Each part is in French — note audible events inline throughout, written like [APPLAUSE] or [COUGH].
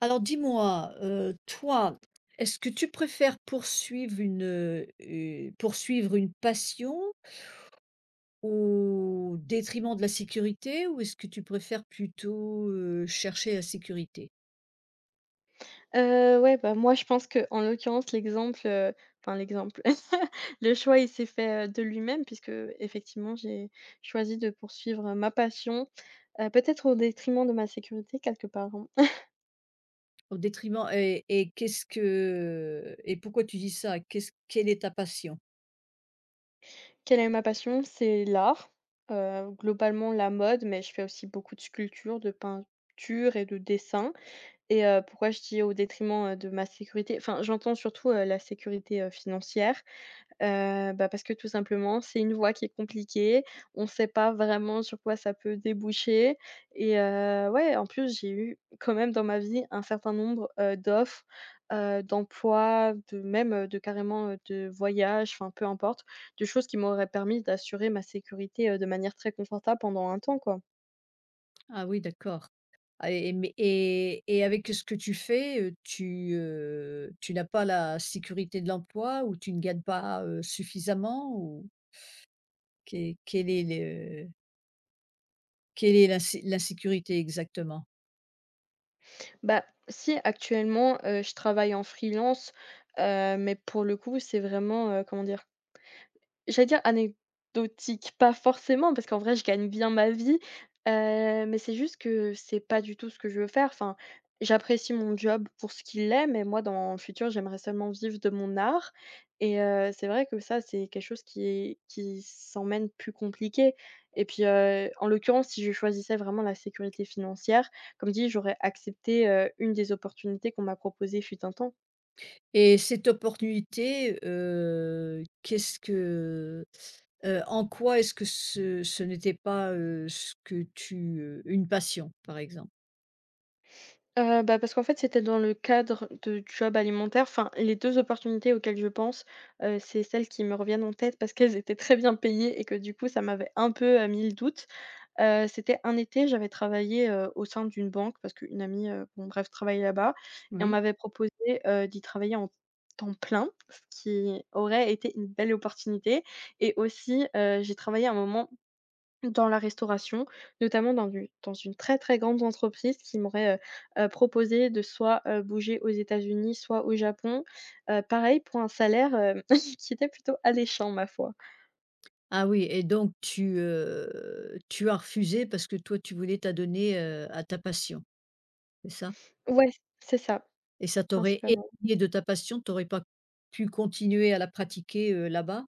Alors dis-moi, toi, est-ce que tu préfères poursuivre poursuivre une passion au détriment de la sécurité? Ou est-ce que tu préfères plutôt, chercher la sécurité? Ouais, bah, moi, je pense que en l'occurrence, l'exemple, enfin l'exemple, [LAUGHS] le choix, il s'est fait, de lui-même puisque effectivement j'ai choisi de poursuivre ma passion, peut-être au détriment de ma sécurité quelque part, hein. [LAUGHS] Au détriment et qu'est-ce que et pourquoi tu dis ça? Qu'est-ce Quelle est ta passion? Quelle est ma passion? C'est l'art, globalement la mode, mais je fais aussi beaucoup de sculpture, de peinture et de dessin et pourquoi je dis au détriment, de ma sécurité? Enfin, j'entends surtout, la sécurité, financière. Bah, parce que tout simplement, c'est une voie qui est compliquée. On ne sait pas vraiment sur quoi ça peut déboucher et ouais, en plus, j'ai eu quand même dans ma vie un certain nombre, d'offres, d'emplois, de même, de carrément, de voyages, enfin peu importe, de choses qui m'auraient permis d'assurer ma sécurité, de manière très confortable pendant un temps, quoi. Ah oui, d'accord. Et avec ce que tu fais, tu n'as pas la sécurité de l'emploi ou tu ne gagnes pas, suffisamment ou? Qué Quel est le quelle est l'insécurité exactement? Bah, si actuellement, je travaille en freelance, mais pour le coup, c'est vraiment, comment dire? J'allais dire anecdotique, pas forcément, parce qu'en vrai, je gagne bien ma vie, mais c'est juste que c'est pas du tout ce que je veux faire. Enfin, j'apprécie mon job pour ce qu'il est, mais moi, dans le futur, j'aimerais seulement vivre de mon art et c'est vrai que ça, c'est quelque chose qui est qui s'emmène plus compliqué et puis, en l'occurrence, si je choisissais vraiment la sécurité financière, comme dit, j'aurais accepté, une des opportunités qu'on m'a proposées fut un temps. Et cette opportunité, qu'est-ce que en quoi est-ce que ce n'était pas, une passion, par exemple? Bah, parce qu'en fait, c'était dans le cadre de jobs alimentaires. Enfin, les 2 opportunités auxquelles je pense, c'est celles qui me reviennent en tête parce qu'elles étaient très bien payées et que du coup, ça m'avait un peu, mis le doute. C'était un été, j'avais travaillé, au sein d'une banque parce qu'une amie, bon bref, travaillait là-bas et on Oui. m'avait proposé, d'y travailler en temps plein, ce qui aurait été une belle opportunité et aussi, j'ai travaillé un moment dans la restauration, notamment dans une très, très grande entreprise qui m'aurait, proposé de soit, bouger aux États-Unis, soit au Japon. Pareil pour un salaire, [LAUGHS] qui était plutôt alléchant ma foi. Ah oui et donc tu as refusé parce que toi tu voulais t'adonner, à ta passion, c'est ça? Ouais, c'est ça, Et ça t'aurait principalement. éloignée de ta passion, tu aurais pas pu continuer à la pratiquer, là-bas?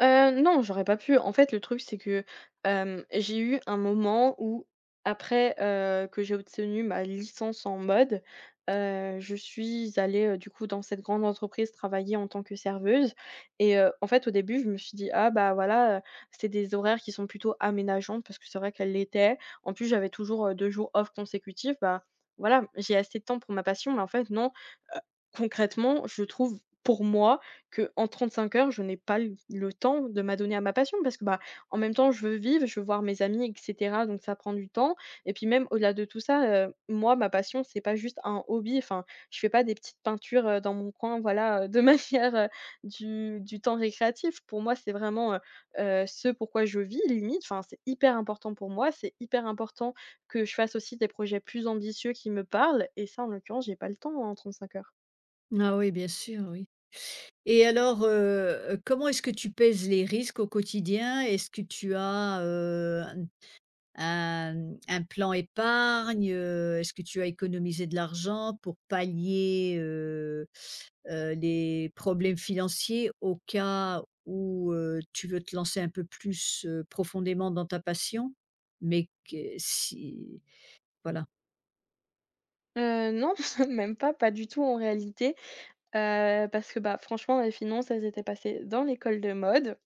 Non, j'aurais pas pu. En fait, le truc, c'est que, j'ai eu un moment où après, que j'ai obtenu ma licence en mode, je suis allée, du coup, dans cette grande entreprise travailler en tant que serveuse et en fait, au début, je me suis dit: «Ah bah, voilà, c'est des horaires qui sont plutôt aménageants» parce que c'est vrai qu'elle l'était. En plus, j'avais toujours, 2 jours off consécutifs. Bah, voilà, j'ai assez de temps pour ma passion, mais en fait, non, concrètement, je trouve, pour moi, que en 35 heures, je n'ai pas l le temps de m'adonner à ma passion parce que, bah, en même temps, je veux vivre, je veux voir mes amis et cetera, donc ça prend du temps et puis même au-delà de tout ça, moi, ma passion, c'est pas juste un hobby, enfin, je fais pas des petites peintures, dans mon coin, voilà, de [LAUGHS] manière, du temps récréatif. Pour moi, c'est vraiment, ce pourquoi je vis limite, enfin, c'est hyper important pour moi, c'est hyper important que je fasse aussi des projets plus ambitieux qui me parlent et ça, en l'occurrence, j'ai pas le temps hein, en 35 heures. Ah oui, bien sûr, oui. Et alors, comment est-ce que tu pèses les risques au quotidien? Est-ce que tu as, un plan épargne? Est-ce que tu as économisé de l'argent pour pallier, les problèmes financiers au cas où, tu veux te lancer un peu plus, profondément dans ta passion? Mais que si voilà, Non, [LAUGHS] même pas, pas du tout en réalité, parce que, bah, franchement, les finances, elles étaient passées dans l'école de mode.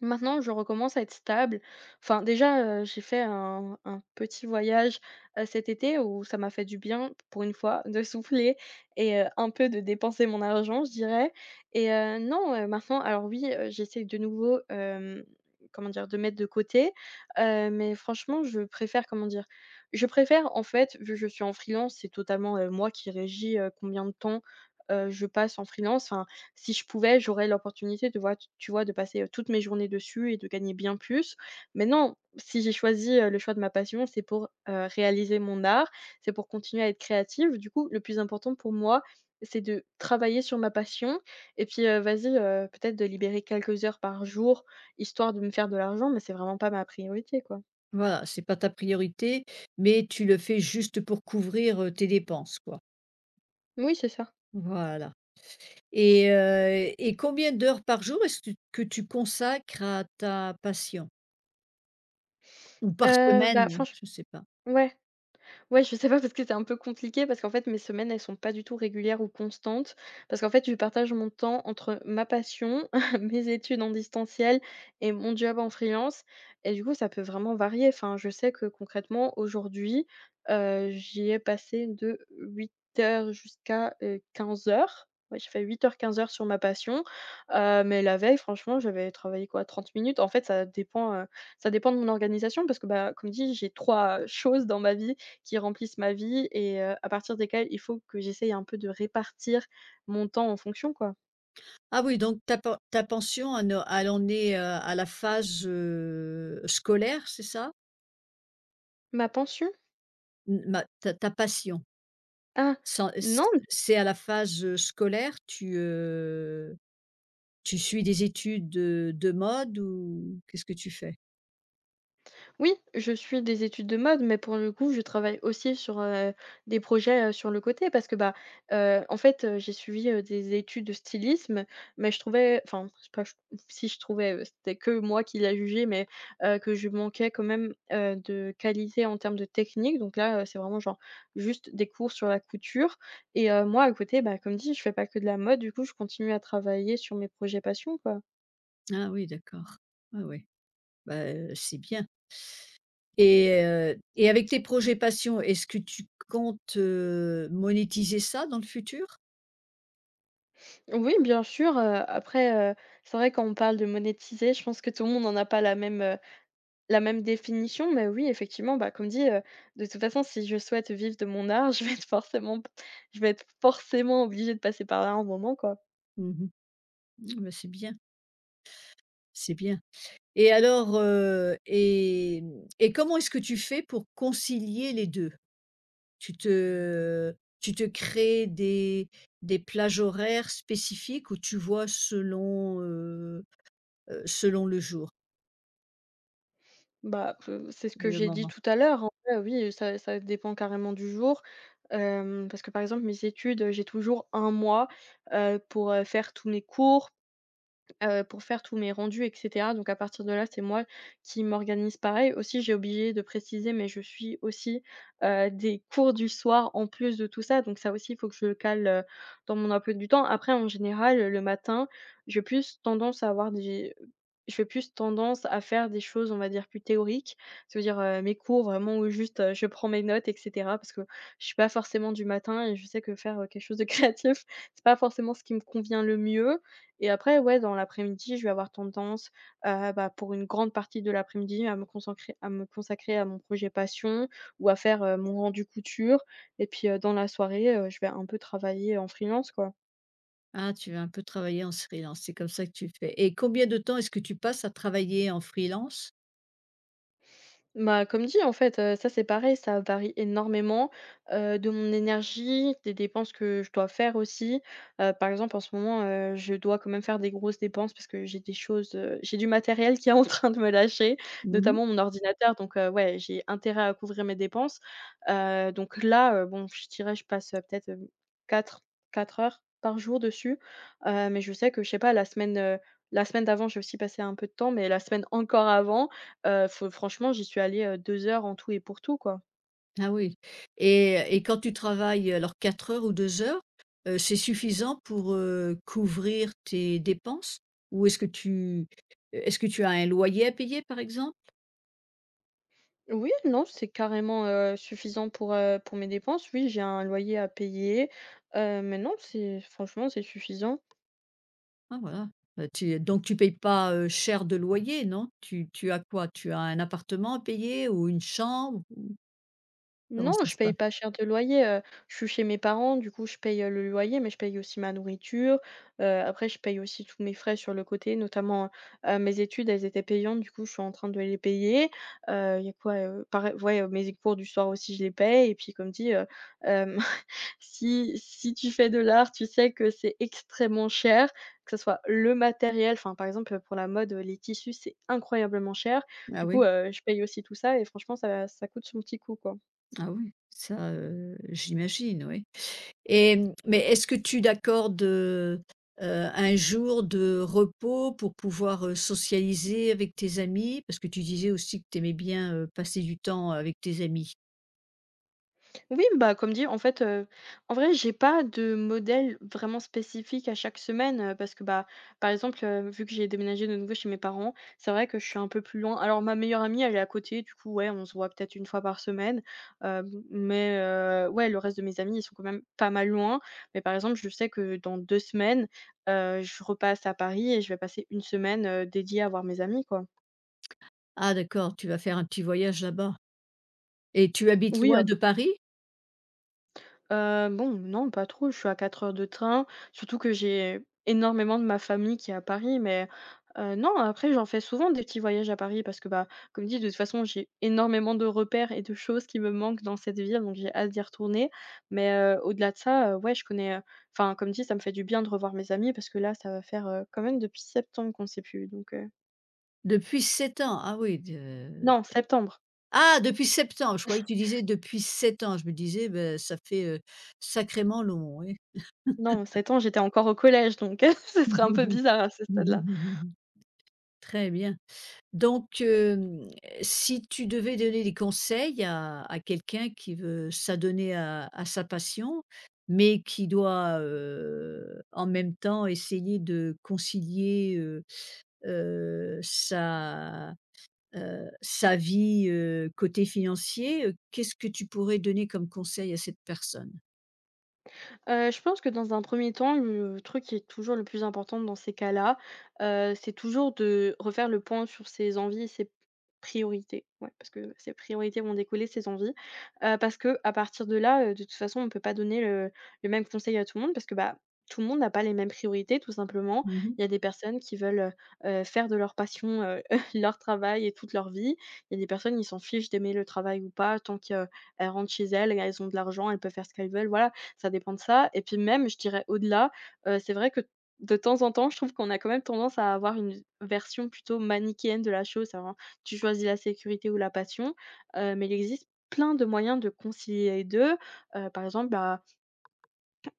Maintenant, je recommence à être stable. Enfin, déjà, j'ai fait un petit voyage, cet été où ça m'a fait du bien, pour une fois, de souffler et un peu de dépenser mon argent, je dirais et non, maintenant alors oui, j'essaye de nouveau, comment dire? De mettre de côté, mais franchement, je préfère, comment dire? Je préfère, en fait, vu que je suis en freelance, c'est totalement, moi qui régis, combien de temps, je passe en freelance. Enfin si je pouvais, j'aurais l'opportunité de voir, tu vois, de passer, toutes mes journées dessus et de gagner bien plus. Mais non, si j'ai choisi, le choix de ma passion, c'est pour, réaliser mon art, c'est pour continuer à être créative. Du coup, le plus important pour moi, c'est de travailler sur ma passion et puis, vas-y, peut-être de libérer quelques heures par jour, histoire de me faire de l'argent, mais c'est vraiment pas ma priorité, quoi. voilà, c'est pas ta priorité, mais tu le fais juste pour couvrir, tes dépenses, quoi. Oui, c'est ça. Voilà. Et combien d'heures par jour est-ce que tu consacres à ta passion? Ou par Bah, semaine? franchement, Je ne sais pas. ouais. Ouais, je sais pas parce que c'est un peu compliqué parce qu'en fait, mes semaines, elles sont pas du tout régulières ou constantes parce qu'en fait, je partage mon temps entre ma passion, [LAUGHS] mes études en distanciel et mon job en freelance et du coup, ça peut vraiment varier. Enfin, je sais que concrètement, aujourd'hui, j'y ai passé de 8 heures jusqu'à, 15 heures. Ouais, j'ai fait 8 heures 15 heures sur ma passion, mais la veille, franchement, j'avais travaillé quoi, 30 minutes? En fait, ça dépend de mon organisation parce que, bah, comme dit, j'ai 3 choses dans ma vie qui remplissent ma vie et à partir desquels il faut que j'essaye un peu de répartir mon temps en fonction, quoi. Ah oui, donc ta pension elle en est, à la phase, scolaire, c'est ça? Ma pension? N Ma ta passion, Ah! sans c Non. c'est à la phase, scolaire? Tu suis des études, de mode ou qu'est-ce que tu fais? Oui, je suis des études de mode, mais pour le coup, je travaille aussi sur, des projets, sur le côté parce que, bah, en fait, j'ai suivi, des études de stylisme, mais je trouvais enfin, je sais pas ch si je trouvais, c'était que moi qui l'a jugé, mais que je manquais quand même, de qualité en termes de technique. Donc là, c'est vraiment genre juste des cours sur la couture et moi à côté, bah, comme dit, je fais pas que de la mode, du coup, je continue à travailler sur mes projets passion, quoi. Ah oui, d'accord. Ah oui, bah, c'est bien. Et avec tes projets passion, est-ce que tu comptes, monétiser ça dans le futur? Oui, bien sûr, après, c'est vrai quand on parle de monétiser, je pense que tout le monde n'en a pas la même, la même définition. Mais oui, effectivement, bah, comme dit, de toute façon, si je souhaite vivre de mon art, [LAUGHS] je vais être forcément obligée de passer par là à un moment, quoi. Mmh mh. Bah, c'est bien et alors, comment est-ce que tu fais pour concilier les deux? Tu te Tu te crées des plages horaires spécifiques où tu vois selon, selon le jour Bah, c'est ce et que le j'ai dit moment? tout à l'heure, en vrai, oui, ça dépend carrément du jour. Parce que, par exemple, mes études, j'ai toujours un mois, pour, faire tous mes cours pour faire tous mes rendus et cetera. Donc à partir de là, c'est moi qui m'organise pareil. Aussi, j'ai obligé de préciser, mais je suis aussi, des cours du soir en plus de tout ça. Donc ça aussi, il faut que je le cale, dans mon emploi du temps. Après, en général, le matin, j'ai plus tendance à avoir des je vais plus tendance à faire des choses, on va dire, plus théoriques. C'est à dire, mes cours vraiment où juste, je prends mes notes et cetera parce que je suis pas forcément du matin et je sais que faire, quelque chose de [LAUGHS] créatif, c'est pas forcément ce qui me convient le mieux. Et après, ouais, dans l'après-midi, je vais avoir tendance, bah, pour une grande partie de l'après-midi, à me consacrer à mon projet passion ou à faire, mon rendu couture et puis, dans la soirée, je vais un peu travailler en freelance, quoi. Ah, tu vas un peu travailler en freelance, c'est comme ça que tu fais et combien de temps est-ce que tu passes à travailler en freelance? Bah, comme dit, en fait, ça, c'est pareil, ça varie énormément, de mon énergie, des dépenses que je dois faire aussi. Par exemple, en ce moment, je dois quand même faire des grosses dépenses parce que j'ai des choses, j'ai du matériel qui est en [LAUGHS] train de me lâcher, Mmh. notamment mon ordinateur. Donc, ouais, j'ai intérêt à couvrir mes dépenses. Donc là, bon, je dirais, je passe, peut-être, quatre 4 heures par jour dessus. Mais je sais que, je sais pas, la semaine d'avant, j'ai aussi passé un peu de temps, mais la semaine encore avant, fe franchement, j'y suis allée, 2 heures en tout et pour tout, quoi. Ah oui et quand tu travailles, alors 4 heures ou 2 heures, c'est suffisant pour, couvrir tes dépenses? Ou est-ce que tu Est-ce que tu as un loyer à payer, par exemple? Oui, non, c'est carrément, suffisant pour mes dépenses. Oui, j'ai un loyer à payer, mais non, c'est franchement, c'est suffisant. Ah voilà, tu donc tu payes pas, cher de loyer, non? Tu as quoi? Tu as un appartement à payer ou une chambre? Comment Non, ça je se paye passe? pas cher de loyer, je suis chez mes parents, du coup je paye, le loyer, mais je paye aussi ma nourriture. Après je paye aussi tous mes frais sur le côté, notamment, mes études, elles étaient payantes, du coup je suis en train de les payer. Il y a quoi, pareil ouais, mes cours du soir aussi, je les paye et puis comme dit, hem, [LAUGHS] si tu fais de l'art, tu sais que c'est extrêmement cher, que ce soit le matériel, enfin par exemple, pour la mode, les tissus, c'est incroyablement cher. Ah Du coup, oui, je paye aussi tout ça et franchement ça coûte son petit coup, quoi. ah oui, ça, j'imagine, oui. Et mmh, mais est-ce que tu d'accordes, heu, un jour de repos pour pouvoir, socialiser avec tes amis? Parce que tu disais aussi que tu aimais bien, passer du temps avec tes amis. Oui, bah, comme dit, en fait, en vrai, j'ai pas de modèle vraiment spécifique à chaque semaine, parce que, bah, par exemple, vu que j'ai déménagé de nouveau chez mes parents, c'est vrai que je suis un peu plus loin. Alors ma meilleure amie, elle est à côté, du coup, ouais, on se voit peut-être une fois par semaine, mais, ouais, le reste de mes amis, ils sont quand même pas mal loin. Mais par exemple, je sais que dans 2 semaines, je repasse à Paris et je vais passer une semaine, dédiée à voir mes amis, quoi. Ah d'accord, tu vas faire un petit voyage là-bas et tu habites Oui, loin de Paris? Bon, non, pas trop, je suis à 4 heures de train, surtout que j'ai énormément de ma famille qui est à Paris, mais non, après, j'en fais souvent des petits voyages à Paris parce que, bah, comme dit, de toute façon, j'ai énormément de repères et de choses qui me manquent dans cette ville, donc j'ai hâte d'y retourner. Mais au-delà de ça, ouais, je connais, enfin, comme dit, ça me fait du bien de revoir mes amis parce que là, ça va faire, quand même depuis septembre qu'on ne s'est plus donc Depuis 7 ans? Ah oui de non, septembre. ah depuis septembre, je croyais que tu [LAUGHS] disais depuis 7 ans. Je me disais, beh, ça fait, sacrément long, oui. Non, 7 ans, j'étais encore au collège, donc [LAUGHS] ce serait un peu bizarre à ce stade-là. [LAUGHS] Très bien. Donc, si tu devais donner des conseils à quelqu'un qui veut s'adonner à sa passion, mais qui doit, en même temps essayer de concilier, heu, sa, sa vie, côté financier, qu'est-ce que tu pourrais donner comme conseil à cette personne? Je pense que dans un premier temps, le truc qui est toujours le plus important dans ces cas-là, c'est toujours de refaire le point sur ses envies et ses priorités. Ouais, parce que ses priorités vont découler de ses envies, parce que à partir de là, de toute façon, on ne peut pas donner le même conseil à tout le monde parce que, bah, tout le monde n'a pas les mêmes priorités, tout simplement. Mmh. Il y a des personnes qui veulent, faire de leur passion, [LAUGHS] leur travail et toute leur vie. Il y a des personnes, qui s'en fichent d'aimer le travail ou pas, tant qu'elles rentrent chez elles et elles ont de l'argent, elles peuvent faire ce qu'elles veulent, voilà, ça dépend de ça et puis même, je dirais au-delà, c'est vrai que de temps en temps, je trouve qu'on a quand même tendance à avoir une version plutôt manichéenne de la chose, hein. Tu choisis la sécurité ou la passion, mais il existe plein de moyens de concilier les 2. Par exemple, bah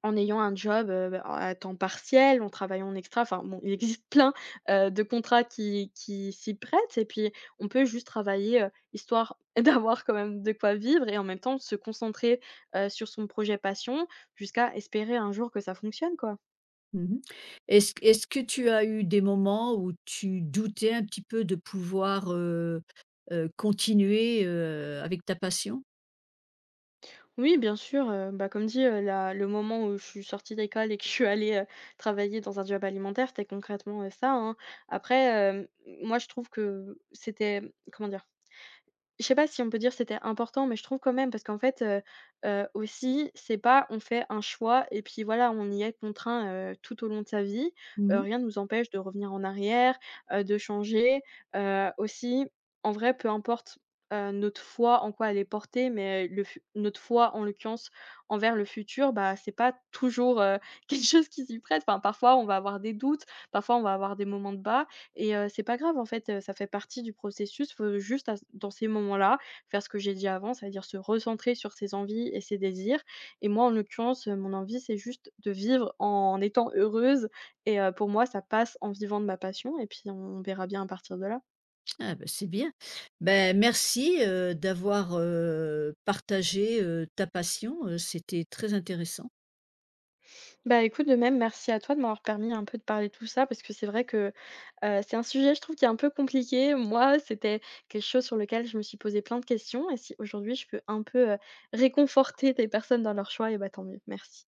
en ayant un job, bah, à temps partiel, en travaillant en extra, enfin bon, il existe plein, de contrats qui s'y prêtent et puis on peut juste travailler, histoire [LAUGHS] d'avoir quand même de quoi vivre et en même temps se concentrer, sur son projet passion jusqu'à espérer un jour que ça fonctionne, quoi. Mmh. Est-ce que tu as eu des moments où tu doutais un petit peu de pouvoir, continuer, avec ta passion? Oui, bien sûr, bah, comme dit, la le moment où je suis sortie d'école et que je suis allée, travailler dans un job alimentaire, c'était concrètement, ça, hein. Après, moi je trouve que c'était, comment dire? Je sais pas si on peut dire c'était important, mais je trouve quand même parce qu'en fait, aussi, c'est pas on fait un choix et puis voilà, on y est contraint, tout au long de sa vie. Mmh. Rien ne nous empêche de revenir en arrière, de changer. Aussi, en vrai, peu importe, notre foi en quoi elle est portée, mais le fu notre foi, en l'occurrence, envers le futur, bah, c'est pas toujours, [LAUGHS] quelque chose qui s'y prête. Enfin, parfois, on va avoir des doutes, parfois, on va avoir des moments de bas et c'est pas grave en fait, ça fait partie du processus. Faut juste à dans ces moments-là, faire ce que j'ai dit avant, c'est-à-dire se recentrer sur ses envies et ses désirs et moi, en l'occurrence, mon envie, c'est juste de vivre en étant heureuse et pour moi, ça passe en vivant de ma passion et puis on verra bien à partir de là. Ah ben c'est bien. Ben merci, d'avoir, partagé, ta passion, c'était très intéressant. Bah, écoute, de même, merci à toi de m'avoir permis un peu de parler de tout ça parce que c'est vrai que, c'est un sujet, je trouve, qui est un peu compliqué. Moi, c'était quelque chose sur lequel je me suis posé plein de questions et si aujourd'hui je peux un peu, réconforter des personnes dans leur choix et bah, tant mieux. Merci.